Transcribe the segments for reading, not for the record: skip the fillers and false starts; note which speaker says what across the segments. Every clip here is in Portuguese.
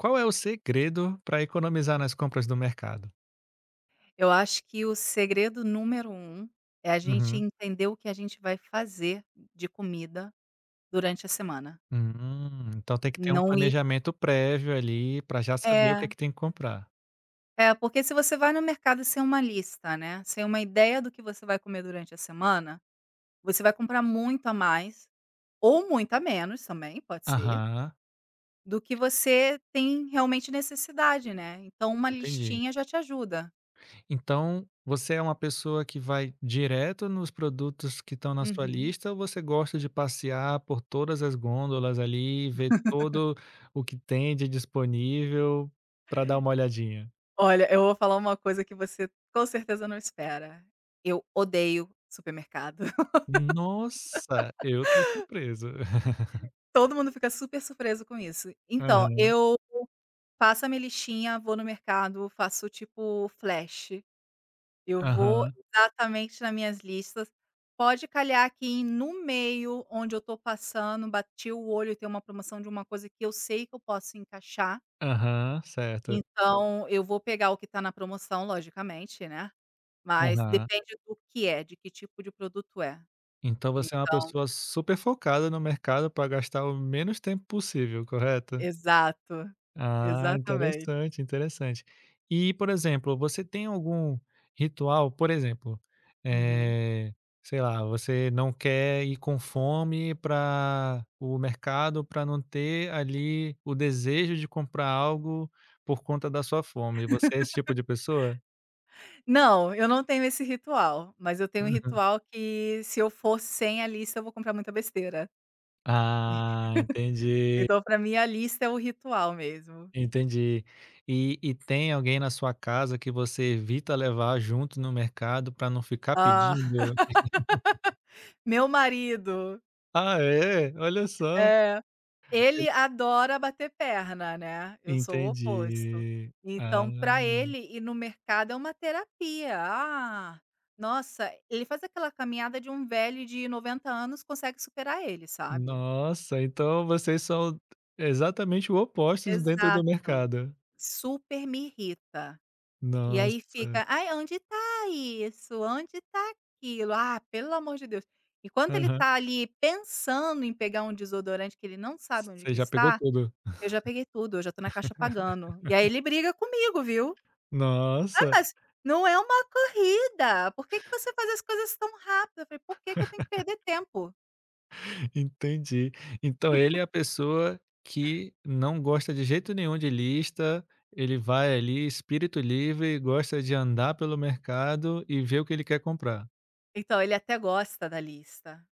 Speaker 1: Qual é o segredo para economizar nas compras do mercado?
Speaker 2: Eu acho que o segredo número um é a gente
Speaker 1: Uhum.
Speaker 2: entender o que a gente vai fazer de comida durante a semana.
Speaker 1: Então tem que ter um
Speaker 2: Não ir
Speaker 1: planejamento prévio ali para já saber o que
Speaker 2: é,
Speaker 1: é que tem que comprar.
Speaker 2: porque se você vai no mercado sem uma lista, né, sem uma ideia do que você vai comer durante a semana, você vai comprar muito a mais, ou muito a menos também, pode ser,
Speaker 1: Aham,
Speaker 2: do que você tem realmente necessidade, né. Então uma
Speaker 1: entendi.
Speaker 2: listinha já te ajuda.
Speaker 1: Então você é uma pessoa que vai direto nos produtos que estão na sua
Speaker 2: Uhum.
Speaker 1: lista ou você gosta de passear por todas as gôndolas ali, ver todo o que tem de disponível para dar uma olhadinha?
Speaker 2: Olha, eu vou falar uma coisa que você com certeza não espera. Eu odeio supermercado.
Speaker 1: Nossa, eu tô surpreso.
Speaker 2: Todo mundo fica super surpreso com isso. Então,
Speaker 1: Aham,
Speaker 2: eu faço a minha listinha, vou no mercado, faço tipo flash. Eu vou
Speaker 1: aham,
Speaker 2: exatamente nas minhas listas. Pode calhar que no meio onde eu tô passando, bati o olho e tem uma promoção de uma coisa que eu sei que eu posso encaixar.
Speaker 1: aham, certo.
Speaker 2: Então, eu vou pegar o que tá na promoção, logicamente, né? Mas
Speaker 1: Aham.
Speaker 2: depende do que é, de que tipo de produto é.
Speaker 1: Então você é uma
Speaker 2: Então
Speaker 1: pessoa super focada no mercado para gastar o menos tempo possível, correto?
Speaker 2: exato,
Speaker 1: Ah,
Speaker 2: exatamente.
Speaker 1: interessante, interessante. E, por exemplo, você tem algum ritual, por exemplo,
Speaker 2: Uhum.
Speaker 1: eh, sei lá, você não quer ir com fome para o mercado para não ter ali o desejo de comprar algo por conta da sua fome. Você é esse tipo de pessoa?
Speaker 2: Não, eu não tenho esse ritual, mas eu tenho um
Speaker 1: Uhum.
Speaker 2: ritual que se eu for sem a lista eu vou comprar muita besteira.
Speaker 1: Ah, entendi.
Speaker 2: Então pra mim a lista é o ritual mesmo.
Speaker 1: Entendi. E tem alguém na sua casa que você evita levar junto no mercado para não ficar
Speaker 2: Ah,
Speaker 1: pedindo?
Speaker 2: meu marido,
Speaker 1: Ah, é? Olha só.
Speaker 2: é, ele
Speaker 1: Ele
Speaker 2: adora bater perna, né, eu sou o oposto.
Speaker 1: Entendi. Ah,
Speaker 2: Então pra ele ir no mercado é uma terapia. Ah, nossa, ele faz aquela caminhada de um velho de 90 anos consegue superar ele, sabe.
Speaker 1: nossa, então vocês são exatamente o opostos dentro do
Speaker 2: Exato,
Speaker 1: mercado.
Speaker 2: super me irrita. E aí
Speaker 1: Nossa.
Speaker 2: fica: "Ai, onde tá isso? Onde tá aquilo? Ah, pelo amor de Deus". Enquanto ele
Speaker 1: Aham.
Speaker 2: tá ali pensando em pegar um desodorante que ele não sabe onde
Speaker 1: Você
Speaker 2: que
Speaker 1: já pegou
Speaker 2: está,
Speaker 1: tudo.
Speaker 2: eu já peguei tudo, eu já tô na caixa pagando. E aí ele briga comigo, viu. "Ah,
Speaker 1: Nossa.
Speaker 2: mas não é uma corrida, por que que você faz as coisas tão rápido?" Eu falei: "Por que que eu tenho que perder tempo?".
Speaker 1: Entendi. Então ele é a pessoa que não gosta de jeito nenhum de lista, ele vai ali espírito livre, gosta de andar pelo mercado e ver o que ele quer comprar.
Speaker 2: Então ele até gosta da lista,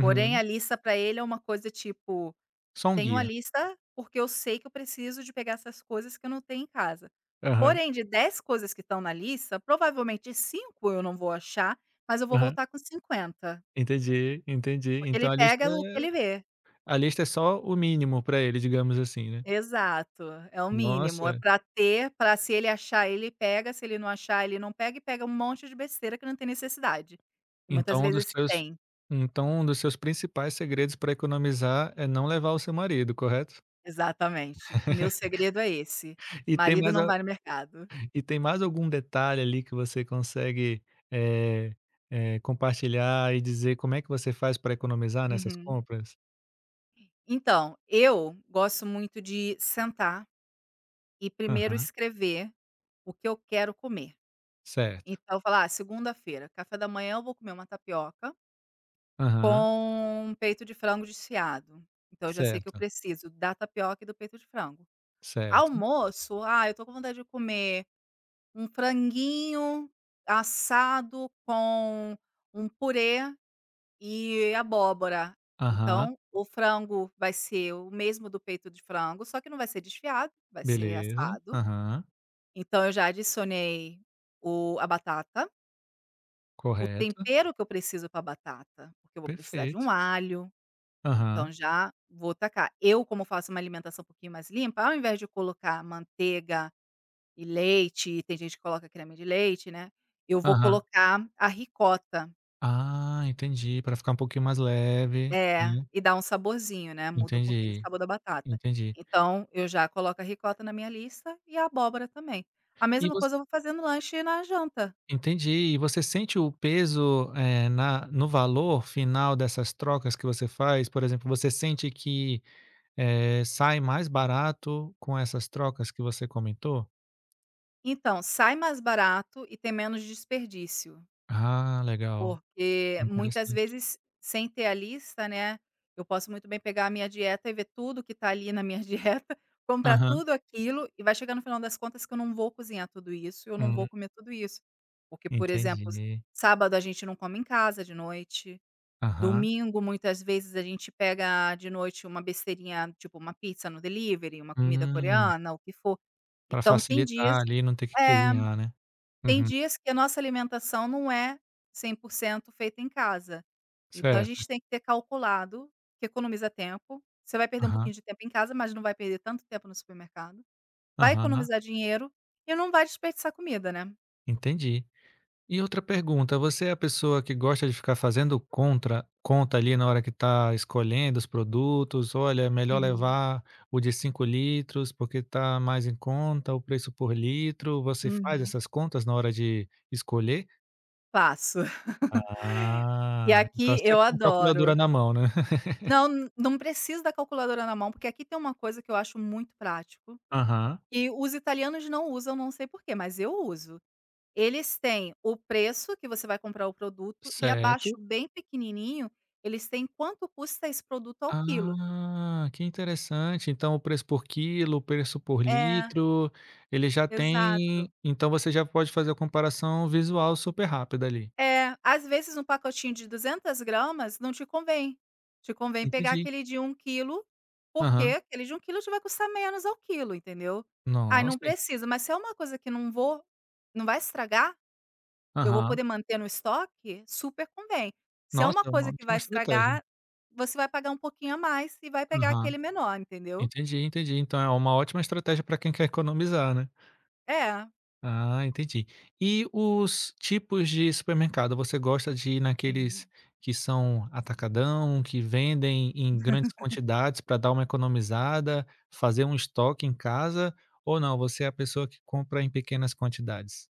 Speaker 2: porém a lista pra ele é uma coisa tipo.
Speaker 1: Só um
Speaker 2: Tenho a
Speaker 1: guia.
Speaker 2: lista, porque eu sei que eu preciso de pegar essas coisas que eu não tenho em casa.
Speaker 1: Aham,
Speaker 2: Porém, de 10 coisas que estão na lista, provavelmente 5 eu não vou achar, mas eu vou
Speaker 1: aham.
Speaker 2: voltar com 50,
Speaker 1: Entendi, entendi.
Speaker 2: porque ele
Speaker 1: Então
Speaker 2: pega o que ele vê.
Speaker 1: a lista é só o mínimo para ele, digamos assim, né.
Speaker 2: Exato, é o mínimo, é
Speaker 1: Nossa,
Speaker 2: pra ter, pra se ele achar, ele pega, se ele não achar, ele não pega e pega um monte de besteira que não tem necessidade. E muitas
Speaker 1: então um dos
Speaker 2: vezes
Speaker 1: seus
Speaker 2: tem.
Speaker 1: então um dos seus principais segredos para economizar é não levar o seu marido, correto?
Speaker 2: Exatamente. O meu segredo é esse,
Speaker 1: E tem
Speaker 2: marido
Speaker 1: mais
Speaker 2: não vai no mercado.
Speaker 1: E tem mais algum detalhe ali que você consegue, eh compartilhar e dizer como é que você faz para economizar nessas
Speaker 2: Uhum.
Speaker 1: compras?
Speaker 2: Então, eu gosto muito de sentar e primeiro
Speaker 1: Aham,
Speaker 2: escrever o que eu quero comer.
Speaker 1: certo.
Speaker 2: Então eu falo: "Ah, segunda-feira, café da manhã eu vou comer uma tapioca
Speaker 1: Aham,
Speaker 2: com peito de frango desfiado". Então eu já sei que eu
Speaker 1: certo,
Speaker 2: preciso da tapioca e do peito de frango.
Speaker 1: certo.
Speaker 2: Almoço: "Ah, eu tô com vontade de comer um franguinho assado com um purê e abóbora.
Speaker 1: Aham,
Speaker 2: Então, o frango vai ser o mesmo do peito de frango, só que não vai ser desfiado, vai ser
Speaker 1: beleza.
Speaker 2: assado.
Speaker 1: Aham,
Speaker 2: Então eu já adicionei o a batata, o
Speaker 1: correto,
Speaker 2: tempero que eu preciso para batata, porque eu vou precisar de um
Speaker 1: perfeito.
Speaker 2: alho,
Speaker 1: Aham,
Speaker 2: então já vou tacar. Eu, como faço uma alimentação um pouquinho mais limpa, ao invés de colocar manteiga e leite, tem gente que coloca creme de leite, né, eu vou
Speaker 1: aham.
Speaker 2: colocar a ricota.
Speaker 1: Ah, entendi, para ficar um pouquinho mais leve,
Speaker 2: É,
Speaker 1: né.
Speaker 2: e dá um saborzinho, né, muda um pouquinho o
Speaker 1: Entendi,
Speaker 2: sabor da batata.
Speaker 1: entendi.
Speaker 2: Então, eu já coloco a ricota na minha lista e a abóbora também. A
Speaker 1: E
Speaker 2: mesma coisa eu vou fazer no lanche e na janta.
Speaker 1: Entendi. E você sente o peso, na no valor final dessas trocas que você faz? Por exemplo, você sente que, sai mais barato com essas trocas que você comentou?
Speaker 2: Então, sai mais barato e tem menos desperdício,
Speaker 1: Ah, legal.
Speaker 2: porque muitas
Speaker 1: Interessante.
Speaker 2: vezes, sem ter a lista, né, eu posso muito bem pegar a minha dieta e ver tudo que tá ali na minha dieta, comprar
Speaker 1: Aham.
Speaker 2: tudo aquilo e vai chegar no final das contas que eu não vou cozinhar tudo isso, eu não vou
Speaker 1: Hum,
Speaker 2: comer tudo isso. Porque, por exemplo,
Speaker 1: entendi.
Speaker 2: sábado a gente não come em casa de noite,
Speaker 1: Aham.
Speaker 2: domingo, muitas vezes, a gente pega de noite uma besteirinha, tipo uma pizza no delivery, uma comida
Speaker 1: Hum,
Speaker 2: coreana, o que for.
Speaker 1: pra
Speaker 2: Então
Speaker 1: facilitar ali, não ter que
Speaker 2: é,
Speaker 1: cozinhar, né.
Speaker 2: tem
Speaker 1: Uhum.
Speaker 2: dias que a nossa alimentação não é 100% feita em casa. Então a
Speaker 1: Certo.
Speaker 2: gente tem que ter calculado, que economiza tempo. Você vai perder um
Speaker 1: Aham,
Speaker 2: pouquinho de tempo em casa, mas não vai perder tanto tempo no supermercado. Vai
Speaker 1: aham.
Speaker 2: economizar dinheiro e não vai desperdiçar comida, né.
Speaker 1: Entendi. E outra pergunta, você é a pessoa que gosta de ficar fazendo contra conta ali na hora que está escolhendo os produtos? "Olha, é melhor
Speaker 2: Uhum,
Speaker 1: levar o de 5 litros, porque está mais em conta o preço por litro". Você faz
Speaker 2: uhum.
Speaker 1: essas contas na hora de escolher?
Speaker 2: Faço. E
Speaker 1: Ah, então é
Speaker 2: aqui eu
Speaker 1: sempre com
Speaker 2: adoro.
Speaker 1: calculadora na mão, né?
Speaker 2: Não, n não precisa da calculadora na mão, porque aqui tem uma coisa que eu acho muito prático,
Speaker 1: Aham,
Speaker 2: e os italianos não usam, não sei porquê, mas eu uso. Eles têm o preço que você vai comprar o produto e abaixo,
Speaker 1: certo.
Speaker 2: bem pequenininho, eles têm quanto custa esse produto ao quilo.
Speaker 1: Ah, que interessante. Então o preço por quilo, o preço por
Speaker 2: É,
Speaker 1: litro, ele já
Speaker 2: exato.
Speaker 1: tem então você já pode fazer a comparação visual super rápida ali.
Speaker 2: É, às vezes um pacotinho de 200 gramas não te convém. Te convém pegar
Speaker 1: Entendi.
Speaker 2: aquele de um quilo, porque
Speaker 1: Aham.
Speaker 2: aquele de um quilo te vai custar menos ao quilo, entendeu. Aí não
Speaker 1: Nossa.
Speaker 2: precisa, mas se é uma coisa que não vai estragar, eu vou
Speaker 1: Aham.
Speaker 2: poder manter no estoque, super convém. Se é
Speaker 1: Nossa,
Speaker 2: uma
Speaker 1: é uma
Speaker 2: coisa que vai
Speaker 1: ótima estratégia.
Speaker 2: estragar, você vai pagar um pouquinho a mais e vai pegar
Speaker 1: Aham.
Speaker 2: aquele menor, entendeu.
Speaker 1: Entendi, entendi. Então é uma ótima estratégia para quem quer economizar, né?
Speaker 2: É.
Speaker 1: Ah, entendi. E os tipos de supermercado, você gosta de ir
Speaker 2: Uhum.
Speaker 1: naqueles que são atacadão, que vendem em grandes quantidades para dar uma economizada, fazer um estoque em casa, ou não, você é a pessoa que compra em pequenas quantidades?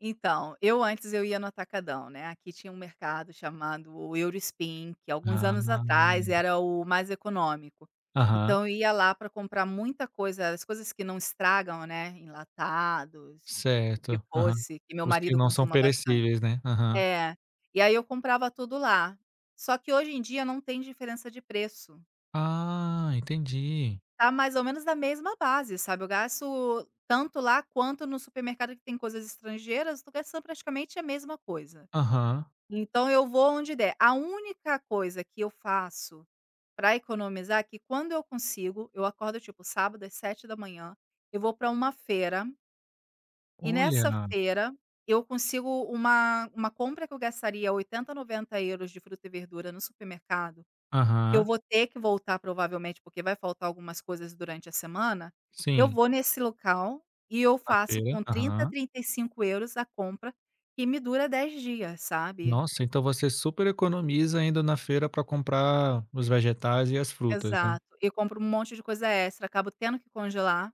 Speaker 2: Então, eu antes eu ia no atacadão, né, aqui tinha um mercado chamado Eurospin, que alguns anos
Speaker 1: Ah,
Speaker 2: atrás era o mais econômico.
Speaker 1: aham,
Speaker 2: Então eu ia lá para comprar muita coisa, as coisas que não estragam, né, enlatados, o que
Speaker 1: certo, aham.
Speaker 2: fosse, que meu
Speaker 1: Os que
Speaker 2: marido
Speaker 1: não são
Speaker 2: consuma bastante.
Speaker 1: perecíveis, né? Aham.
Speaker 2: É, e aí eu comprava tudo lá. Só que hoje em dia não tem diferença de preço,
Speaker 1: Ah, entendi.
Speaker 2: tá mais ou menos da mesma base, sabe, eu gasto tanto lá quanto no supermercado que tem coisas estrangeiras, tô gastando praticamente a mesma coisa.
Speaker 1: Aham.
Speaker 2: Então eu vou onde der. A única coisa que eu faço para economizar é que quando eu consigo, eu acordo tipo sábado às 7 da manhã. Eu vou para uma feira e
Speaker 1: Olha,
Speaker 2: nessa feira eu consigo uma compra que eu gastaria 80, €90 de fruta e verdura no supermercado, que eu
Speaker 1: aham,
Speaker 2: vou ter que voltar provavelmente, porque vai faltar algumas coisas durante a semana, eu
Speaker 1: sim,
Speaker 2: vou nesse local e eu
Speaker 1: na
Speaker 2: faço
Speaker 1: feira,
Speaker 2: com 30,
Speaker 1: aham.
Speaker 2: €35 a compra que me dura 10 dias, sabe?
Speaker 1: Nossa, então você super economiza indo na feira para comprar os vegetais e as frutas, né.
Speaker 2: Exato. E compro um monte de coisa extra, acabo tendo que congelar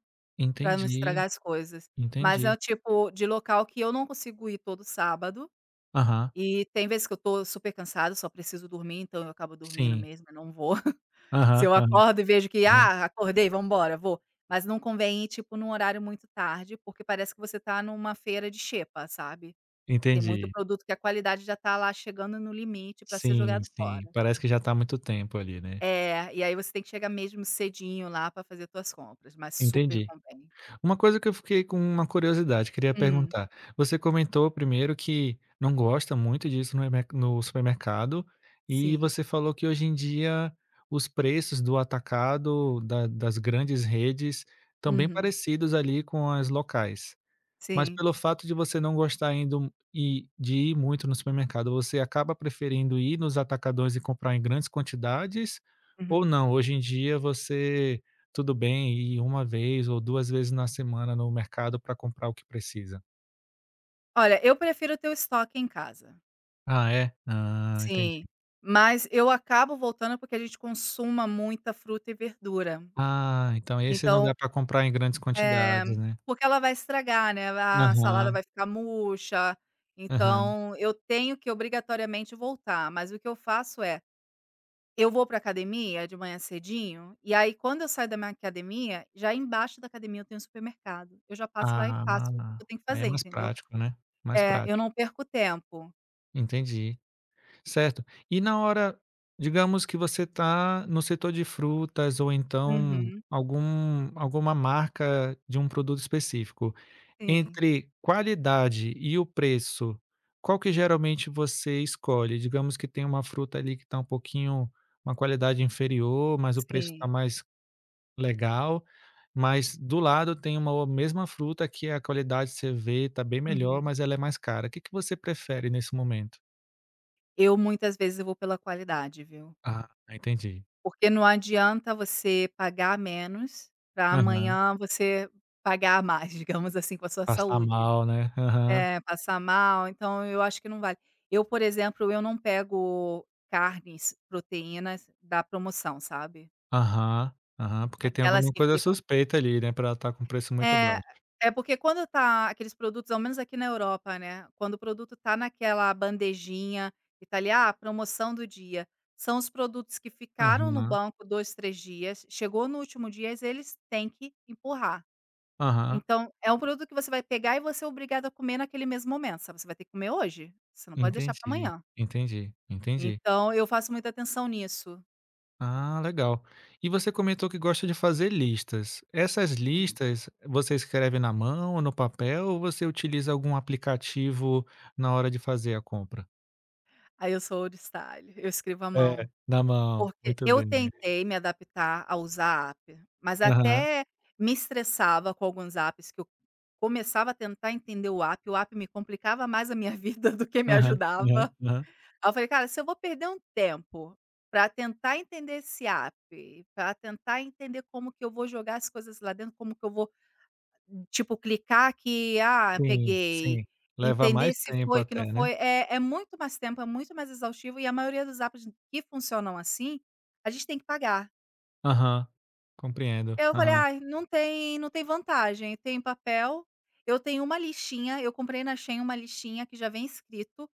Speaker 2: pra não
Speaker 1: Entendi,
Speaker 2: estragar as coisas. Mas é
Speaker 1: entendi.
Speaker 2: o tipo de local que eu não consigo ir todo sábado,
Speaker 1: Aham,
Speaker 2: e tem vezes que eu tô super cansada, só preciso dormir, então eu acabo dormindo
Speaker 1: sim.
Speaker 2: mesmo, eu não vou. Se
Speaker 1: Aham,
Speaker 2: eu
Speaker 1: aham,
Speaker 2: acordo e vejo que:
Speaker 1: aham.
Speaker 2: "Ah, acordei, vamos embora, vou". Mas não convém ir, tipo, num horário muito tarde, porque parece que você tá numa feira de xepa, sabe. Tem muito
Speaker 1: Entendi.
Speaker 2: produto que a qualidade já tá lá chegando no limite pra ser
Speaker 1: Sim,
Speaker 2: jogado
Speaker 1: sim.
Speaker 2: fora.
Speaker 1: Parece que já tá há muito tempo ali, né.
Speaker 2: É, e aí você tem que chegar mesmo cedinho lá pra fazer tuas compras, mas super
Speaker 1: Entendi.
Speaker 2: convém.
Speaker 1: Uma coisa que eu fiquei com uma curiosidade, queria
Speaker 2: Hum,
Speaker 1: perguntar. Você comentou primeiro que não gosta muito disso no supermercado, e
Speaker 2: sim.
Speaker 1: você falou que hoje em dia os preços do atacado da das grandes redes estão bem
Speaker 2: Uhum.
Speaker 1: parecidos ali com as locais. Mas
Speaker 2: Sim.
Speaker 1: pelo fato de você não gostar indo e de ir muito no supermercado, você acaba preferindo ir nos atacadões e comprar em grandes quantidades? Ou
Speaker 2: Uhum.
Speaker 1: não, hoje em dia você tudo bem ir uma vez ou 2 vezes na semana no mercado para comprar o que precisa?
Speaker 2: Olha, eu prefiro ter o estoque em casa.
Speaker 1: Ah, é? Ah, entendi.
Speaker 2: Sim. Mas eu acabo voltando porque a gente consuma muita fruta e verdura.
Speaker 1: Ah, então esse não
Speaker 2: Então,
Speaker 1: dá para comprar em grandes
Speaker 2: eh,
Speaker 1: quantidades, né.
Speaker 2: porque ela vai estragar, né, a salada
Speaker 1: Aham,
Speaker 2: vai ficar murcha,
Speaker 1: aham.
Speaker 2: então eu tenho que obrigatoriamente voltar, mas o que eu faço é. Eu vou pra academia de manhã cedinho, e aí quando eu saio da minha academia, já embaixo da academia eu tenho um supermercado. Eu já passo lá e faço o que
Speaker 1: Ah,
Speaker 2: eu tenho que
Speaker 1: aí é
Speaker 2: fazer,
Speaker 1: mais
Speaker 2: entendeu.
Speaker 1: prático, né, mais
Speaker 2: É, eu
Speaker 1: prático.
Speaker 2: não perco tempo.
Speaker 1: Entendi. Certo. E na hora digamos que você está no setor de frutas ou então
Speaker 2: Uhum.
Speaker 1: alguma marca de um produto específico,
Speaker 2: Sim,
Speaker 1: entre qualidade e o preço, qual que geralmente você escolhe? Digamos que tem uma fruta ali que está um pouquinho uma qualidade inferior, mas o preço está
Speaker 2: sim.
Speaker 1: mais legal, mas do lado tem uma o mesma fruta que a qualidade você vê está bem melhor,
Speaker 2: Uhum.
Speaker 1: mas ela é mais cara. O que que você prefere nesse momento?
Speaker 2: Eu muitas vezes eu vou pela qualidade, viu.
Speaker 1: Ah, entendi.
Speaker 2: Porque não adianta você pagar menos para amanhã você pagar mais, digamos assim, com a sua
Speaker 1: Passar
Speaker 2: saúde.
Speaker 1: mal, né. Aham,
Speaker 2: É, passar mal, então eu acho que não vale. Eu, por exemplo, eu não pego carnes, proteínas da promoção, sabe.
Speaker 1: aham, aham, porque tem
Speaker 2: Aquelas
Speaker 1: alguma
Speaker 2: que
Speaker 1: coisa
Speaker 2: ficam
Speaker 1: suspeita ali, né, pra ela estar com preço muito
Speaker 2: é,
Speaker 1: baixo.
Speaker 2: é porque quando tá aqueles produtos, ao menos aqui na Europa, né, quando o produto tá naquela bandejinha e tá ali: "Ah, promoção do dia", são os produtos que ficaram no
Speaker 1: Aham,
Speaker 2: banco 2, 3 dias, chegou no último dias, eles têm que empurrar.
Speaker 1: aham,
Speaker 2: Então é um produto que você vai pegar e você é obrigado a comer naquele mesmo momento, sabe, você vai ter que comer hoje, você não pode deixar para
Speaker 1: entendi,
Speaker 2: amanhã.
Speaker 1: entendi, entendi.
Speaker 2: Então eu faço muita atenção nisso.
Speaker 1: Ah, legal. E você comentou que gosta de fazer listas. Essas
Speaker 2: Sim.
Speaker 1: listas você escreve na mão ou no papel ou você utiliza algum aplicativo na hora de fazer a compra?
Speaker 2: Aí eu sou oriçalho, eu escrevo à
Speaker 1: É,
Speaker 2: mão.
Speaker 1: na mão,
Speaker 2: Porque
Speaker 1: muito
Speaker 2: eu
Speaker 1: bem.
Speaker 2: tentei me adaptar a usar app, mas
Speaker 1: Aham,
Speaker 2: até me estressava com alguns apps que eu começava a tentar entender o app me complicava mais a minha vida do que me
Speaker 1: aham, aham,
Speaker 2: ajudava.
Speaker 1: aham.
Speaker 2: Aí eu falei: "Cara, se eu vou perder um tempo para tentar entender esse app, para tentar entender como que eu vou jogar as coisas lá dentro, como que eu vou. Tipo, clicar que, ah,
Speaker 1: Sim,
Speaker 2: peguei,
Speaker 1: sim, leva mais
Speaker 2: entender se
Speaker 1: tempo
Speaker 2: foi, que
Speaker 1: até,
Speaker 2: não
Speaker 1: né.
Speaker 2: foi, é muito mais tempo, é muito mais exaustivo e a maioria dos apps que funcionam assim, a gente tem que pagar.
Speaker 1: Aham, compreendo.
Speaker 2: Eu falei:
Speaker 1: Aham.
Speaker 2: "Ah, não tem vantagem, tem papel". Eu tenho uma listinha, eu comprei na Shein uma listinha que já vem escrito,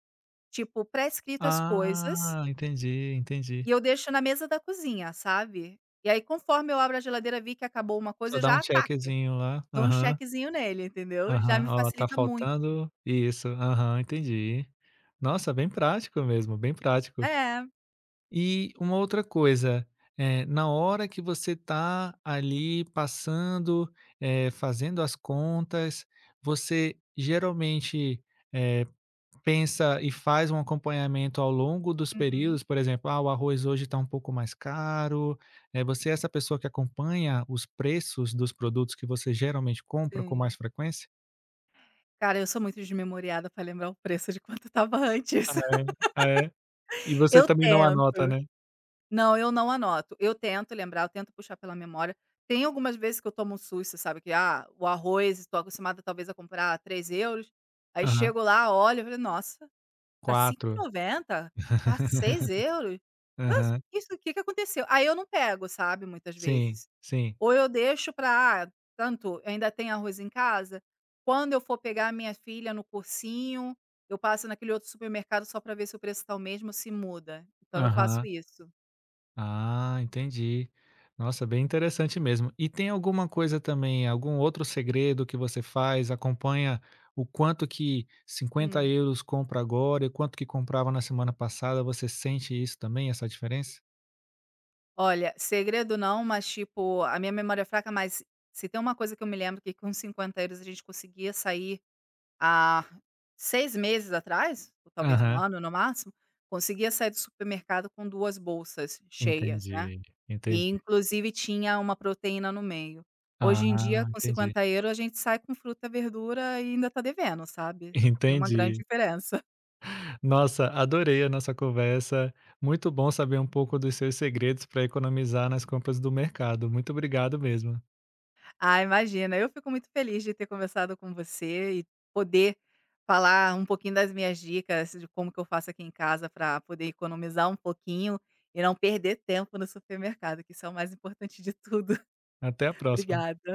Speaker 2: tipo, pré-escrito as coisas,
Speaker 1: Ah, entendi, entendi.
Speaker 2: e eu deixo na mesa da cozinha, sabe. E aí conforme eu abro a geladeira vi que acabou uma coisa,
Speaker 1: Só
Speaker 2: eu
Speaker 1: dá
Speaker 2: já
Speaker 1: um
Speaker 2: ataque,
Speaker 1: checkzinho lá.
Speaker 2: dou um
Speaker 1: Aham,
Speaker 2: chequezinho nele, entendeu. Já
Speaker 1: aham.
Speaker 2: me
Speaker 1: Ó, tá
Speaker 2: facilita muito.
Speaker 1: faltando isso. Aham, entendi. Nossa, bem prático mesmo, bem prático.
Speaker 2: É.
Speaker 1: E uma outra coisa, na hora que você tá ali passando, fazendo as contas, você geralmente, eh pensa e faz um acompanhamento ao longo dos
Speaker 2: Uhum,
Speaker 1: períodos, por exemplo, ah, o arroz hoje está um pouco mais caro. Você é essa pessoa que acompanha os preços dos produtos que você geralmente compra com
Speaker 2: sim.
Speaker 1: mais frequência?
Speaker 2: Cara, eu sou muito desmemoriada pra lembrar o preço de quanto estava
Speaker 1: Ah,
Speaker 2: antes.
Speaker 1: é? Ah, é? E você
Speaker 2: Eu
Speaker 1: também não
Speaker 2: tento.
Speaker 1: anota, né?
Speaker 2: Não, eu não anoto. Eu tento lembrar, eu tento puxar pela memória. Tem algumas vezes que eu tomo um susto, sabe, que, ah, o arroz, estou acostumada talvez a comprar €3, aí
Speaker 1: Aham.
Speaker 2: chego lá, olho, eu falei: "Nossa, tá cinco e
Speaker 1: Quatro.
Speaker 2: noventa tá €6. Nossa,
Speaker 1: Aham.
Speaker 2: isso, o que que aconteceu?". Aí eu não pego, sabe, muitas
Speaker 1: Sim,
Speaker 2: vezes.
Speaker 1: sim.
Speaker 2: Ou eu deixo para tanto ainda tem arroz em casa, quando eu for pegar a minha filha no cursinho, eu passo naquele outro supermercado só para ver se o preço está o mesmo se muda. Então eu faço
Speaker 1: Aham.
Speaker 2: isso.
Speaker 1: Ah, entendi. Nossa, bem interessante mesmo. E tem alguma coisa também, algum outro segredo que você faz? Acompanha o quanto que cinquenta
Speaker 2: Hum.
Speaker 1: euros compra agora e quanto que comprava na semana passada. Você sente isso também, essa diferença?
Speaker 2: Olha, segredo não, mas tipo, a minha memória é fraca, mas se tem uma coisa que eu me lembro que com €50 a gente conseguia sair há 6 meses atrás, ou talvez um
Speaker 1: Aham,
Speaker 2: ano no máximo, conseguia sair do supermercado com 2 bolsas cheias, né.
Speaker 1: entendi, entendi.
Speaker 2: E inclusive tinha uma proteína no meio. Hoje em dia,
Speaker 1: Ah,
Speaker 2: com
Speaker 1: entendi,
Speaker 2: €50 a gente sai com fruta, verdura e ainda tá devendo, sabe. Tem uma grande
Speaker 1: entendi.
Speaker 2: diferença.
Speaker 1: Nossa, adorei a nossa conversa. Muito bom saber um pouco dos seus segredos para economizar nas compras do mercado. Muito obrigado mesmo.
Speaker 2: Ah, imagina, eu fico muito feliz de ter conversado com você e poder falar um pouquinho das minhas dicas de como que eu faço aqui em casa para poder economizar um pouquinho e não perder tempo no supermercado, que isso é o mais importante de tudo.
Speaker 1: Até a próxima.
Speaker 2: Obrigada.